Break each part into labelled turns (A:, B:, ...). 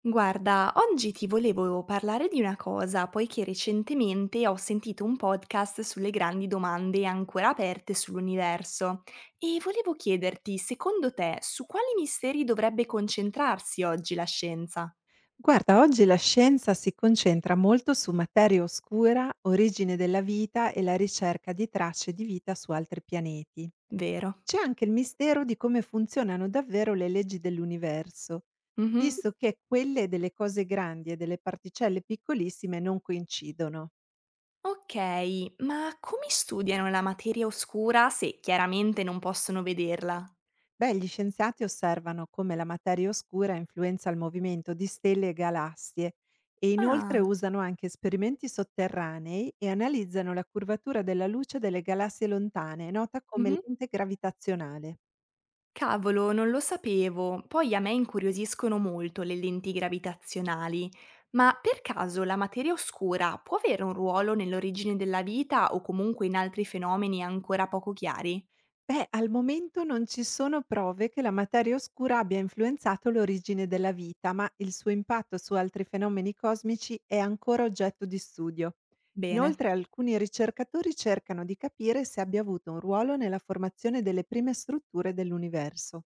A: Guarda, oggi ti volevo parlare di una cosa, poiché recentemente ho sentito un podcast sulle grandi domande ancora aperte sull'universo e volevo chiederti, secondo te, su quali misteri dovrebbe concentrarsi oggi la scienza?
B: Guarda, oggi la scienza si concentra molto su materia oscura, origine della vita e la ricerca di tracce di vita su altri pianeti.
A: Vero.
B: C'è anche il mistero di come funzionano davvero le leggi dell'universo,
A: Mhm.
B: visto che quelle delle cose grandi e delle particelle piccolissime non coincidono.
A: Ok, ma come studiano la materia oscura se chiaramente non possono vederla?
B: Beh, gli scienziati osservano come la materia oscura influenza il movimento di stelle e galassie e inoltre
A: Ah,
B: usano anche esperimenti sotterranei e analizzano la curvatura della luce delle galassie lontane, nota come
A: mhm.
B: lente gravitazionale.
A: Cavolo, non lo sapevo. Poi a me incuriosiscono molto le lenti gravitazionali, ma per caso la materia oscura può avere un ruolo nell'origine della vita o comunque in altri fenomeni ancora poco chiari?
B: Beh, al momento non ci sono prove che la materia oscura abbia influenzato l'origine della vita, ma il suo impatto su altri fenomeni cosmici è ancora oggetto di studio.
A: Bene.
B: Inoltre alcuni ricercatori cercano di capire se abbia avuto un ruolo nella formazione delle prime strutture dell'universo.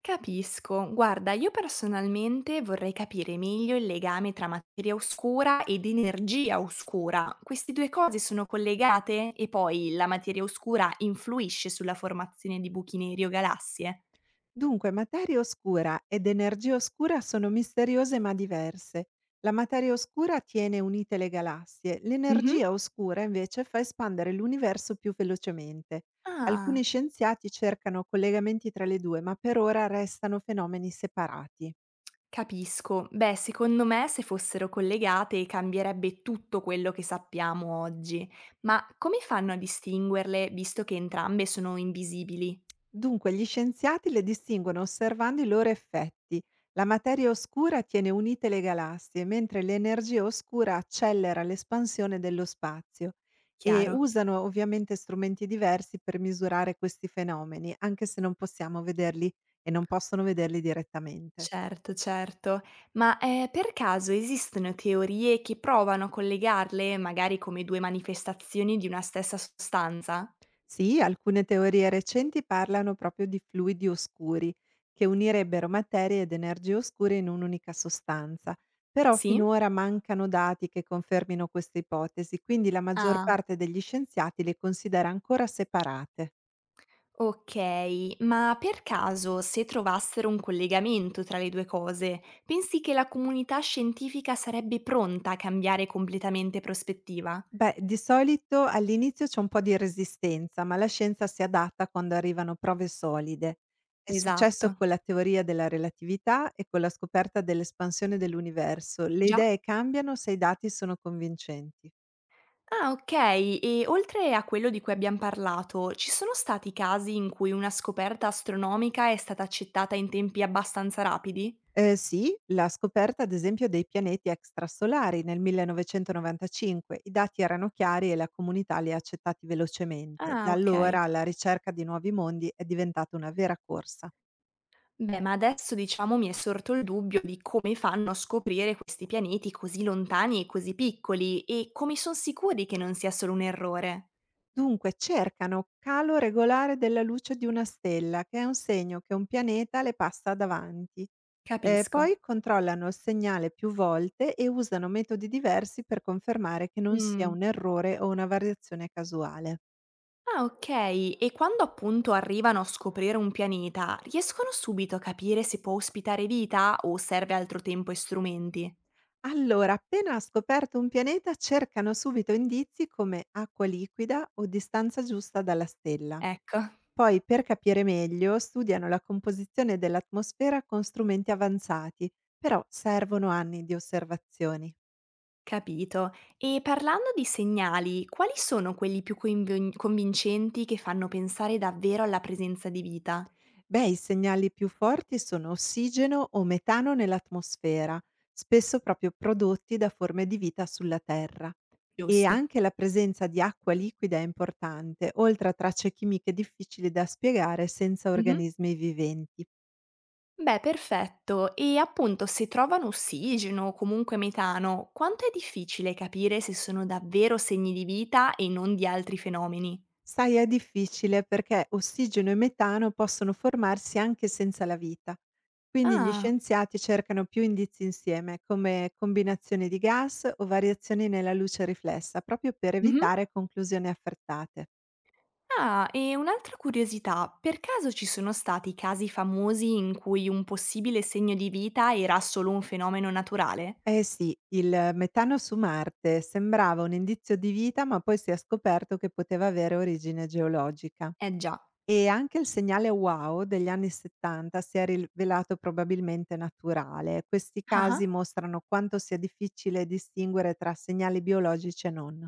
A: Capisco. Guarda, io personalmente vorrei capire meglio il legame tra materia oscura ed energia oscura. Queste due cose sono collegate? E poi la materia oscura influisce sulla formazione di buchi neri o galassie?
B: Dunque, materia oscura ed energia oscura sono misteriose ma diverse. La materia oscura tiene unite le galassie,
A: Mhm.
B: l'energia oscura invece fa espandere l'universo più velocemente. Alcuni
A: Ah.
B: scienziati cercano collegamenti tra le due, ma per ora restano fenomeni separati.
A: Capisco. Beh, secondo me se fossero collegate cambierebbe tutto quello che sappiamo oggi, ma come fanno a distinguerle visto che entrambe sono invisibili?
B: Dunque, gli scienziati le distinguono osservando i loro effetti. La materia oscura tiene unite le galassie, mentre l'energia oscura accelera l'espansione dello spazio e
A: Chiaro?
B: usano ovviamente strumenti diversi per misurare questi fenomeni, anche se non possiamo vederli e non possono vederli direttamente.
A: Certo, certo. Ma per caso esistono teorie che provano a collegarle magari come due manifestazioni di una stessa sostanza?
B: Sì, alcune teorie recenti parlano proprio di fluidi oscuri, che unirebbero materie ed energie oscure in un'unica sostanza, però
A: Sì?
B: finora mancano dati che confermino queste ipotesi, quindi la maggior
A: Ah.
B: parte degli scienziati le considera ancora separate.
A: Okay, ma per caso se trovassero un collegamento tra le 2 cose, pensi che la comunità scientifica sarebbe pronta a cambiare completamente prospettiva?
B: Beh, di solito all'inizio c'è un po' di resistenza, ma la scienza si adatta quando arrivano prove solide. È
A: Esatto.
B: successo con la teoria della relatività e con la scoperta dell'espansione dell'universo. Le
A: Già.
B: idee cambiano se i dati sono convincenti.
A: Ah, okay, e oltre a quello di cui abbiam parlato, ci sono stati casi in cui una scoperta astronomica è stata accettata in tempi abbastanza rapidi?
B: Sì, la scoperta ad esempio dei pianeti extrasolari nel 1995. I dati erano chiari e la comunità li ha accettati velocemente. Da
A: Ah, okay.
B: allora la ricerca di nuovi mondi è diventata una vera corsa.
A: Beh, ma adesso diciamo mi è sorto il dubbio di come fanno a scoprire questi pianeti così lontani e così piccoli e come sono sicuri che non sia solo un errore.
B: Dunque cercano calo regolare della luce di una stella, che è un segno che un pianeta le passa davanti.
A: Capisco.
B: Poi controllano il segnale più volte e usano metodi diversi per confermare che non sia
A: Mm.
B: un errore o una variazione casuale.
A: Ah, ok. E quando appunto arrivano a scoprire un pianeta, riescono subito a capire se può ospitare vita o serve altro tempo e strumenti?
B: Allora, appena ha scoperto un pianeta, cercano subito indizi come acqua liquida o distanza giusta dalla stella.
A: Ecco,
B: Poi, per capire meglio, studiano la composizione dell'atmosfera con strumenti avanzati, però servono anni di osservazioni.
A: capito. E parlando di segnali, quali sono quelli più convincenti che fanno pensare davvero alla presenza di vita?
B: Beh, i segnali più forti sono ossigeno o metano nell'atmosfera, spesso proprio prodotti da forme di vita sulla Terra. E
A: Giusto.
B: anche la presenza di acqua liquida è importante, oltre a tracce chimiche difficili da spiegare senza organismi viventi.
A: Beh, perfetto. E appunto, se trovano ossigeno o comunque metano, quanto è difficile capire se sono davvero segni di vita e non di altri fenomeni?
B: Sai, è difficile perché ossigeno e metano possono formarsi anche senza la vita. Quindi gli
A: Ah,
B: scienziati cercano più indizi insieme, come combinazioni di gas o variazioni nella luce riflessa, proprio per
A: mhm.
B: evitare conclusioni affrettate.
A: Ah, e un'altra curiosità, per caso ci sono stati casi famosi in cui un possibile segno di vita era solo un fenomeno naturale?
B: Eh sì, il metano su Marte sembrava un indizio di vita, ma poi si è scoperto che poteva avere origine geologica.
A: Eh già.
B: E anche il segnale "wow" degli anni '70 si è rivelato probabilmente naturale. Questi
A: Ah
B: casi
A: ah.
B: mostrano quanto sia difficile distinguere tra segnali biologici e non.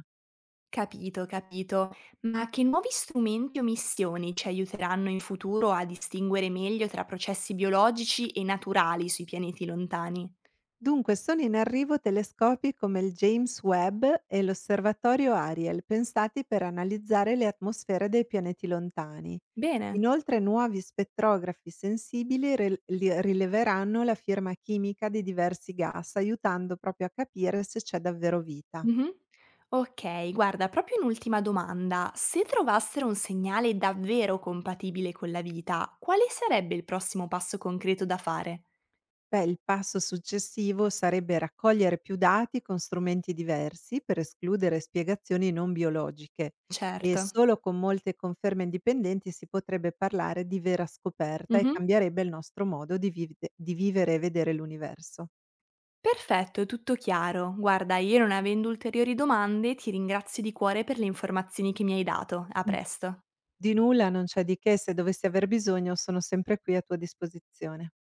A: Capito, capito. Ma che nuovi strumenti o missioni ci aiuteranno in futuro a distinguere meglio tra processi biologici e naturali sui pianeti lontani?
B: Dunque sono in arrivo telescopi come il James Webb e l'osservatorio Ariel, pensati per analizzare le atmosfere dei pianeti lontani.
A: Bene.
B: Inoltre nuovi spettrografi sensibili rileveranno la firma chimica di diversi gas, aiutando proprio a capire se c'è davvero vita.
A: Mhm. Ok, guarda, proprio un'ultima domanda. Se trovassero un segnale davvero compatibile con la vita, quale sarebbe il prossimo passo concreto da fare?
B: Beh, il passo successivo sarebbe raccogliere più dati con strumenti diversi per escludere spiegazioni non biologiche e
A: Certo.
B: solo con molte conferme indipendenti si potrebbe parlare di vera scoperta e
A: Mhm.
B: cambierebbe il nostro modo di, di vivere e vedere l'universo.
A: Perfetto, tutto chiaro. Guarda, io non avendo ulteriori domande, ti ringrazio di cuore per le informazioni che mi hai dato. A presto.
B: Di nulla, non c'è di che, se dovessi aver bisogno sono sempre qui a tua disposizione.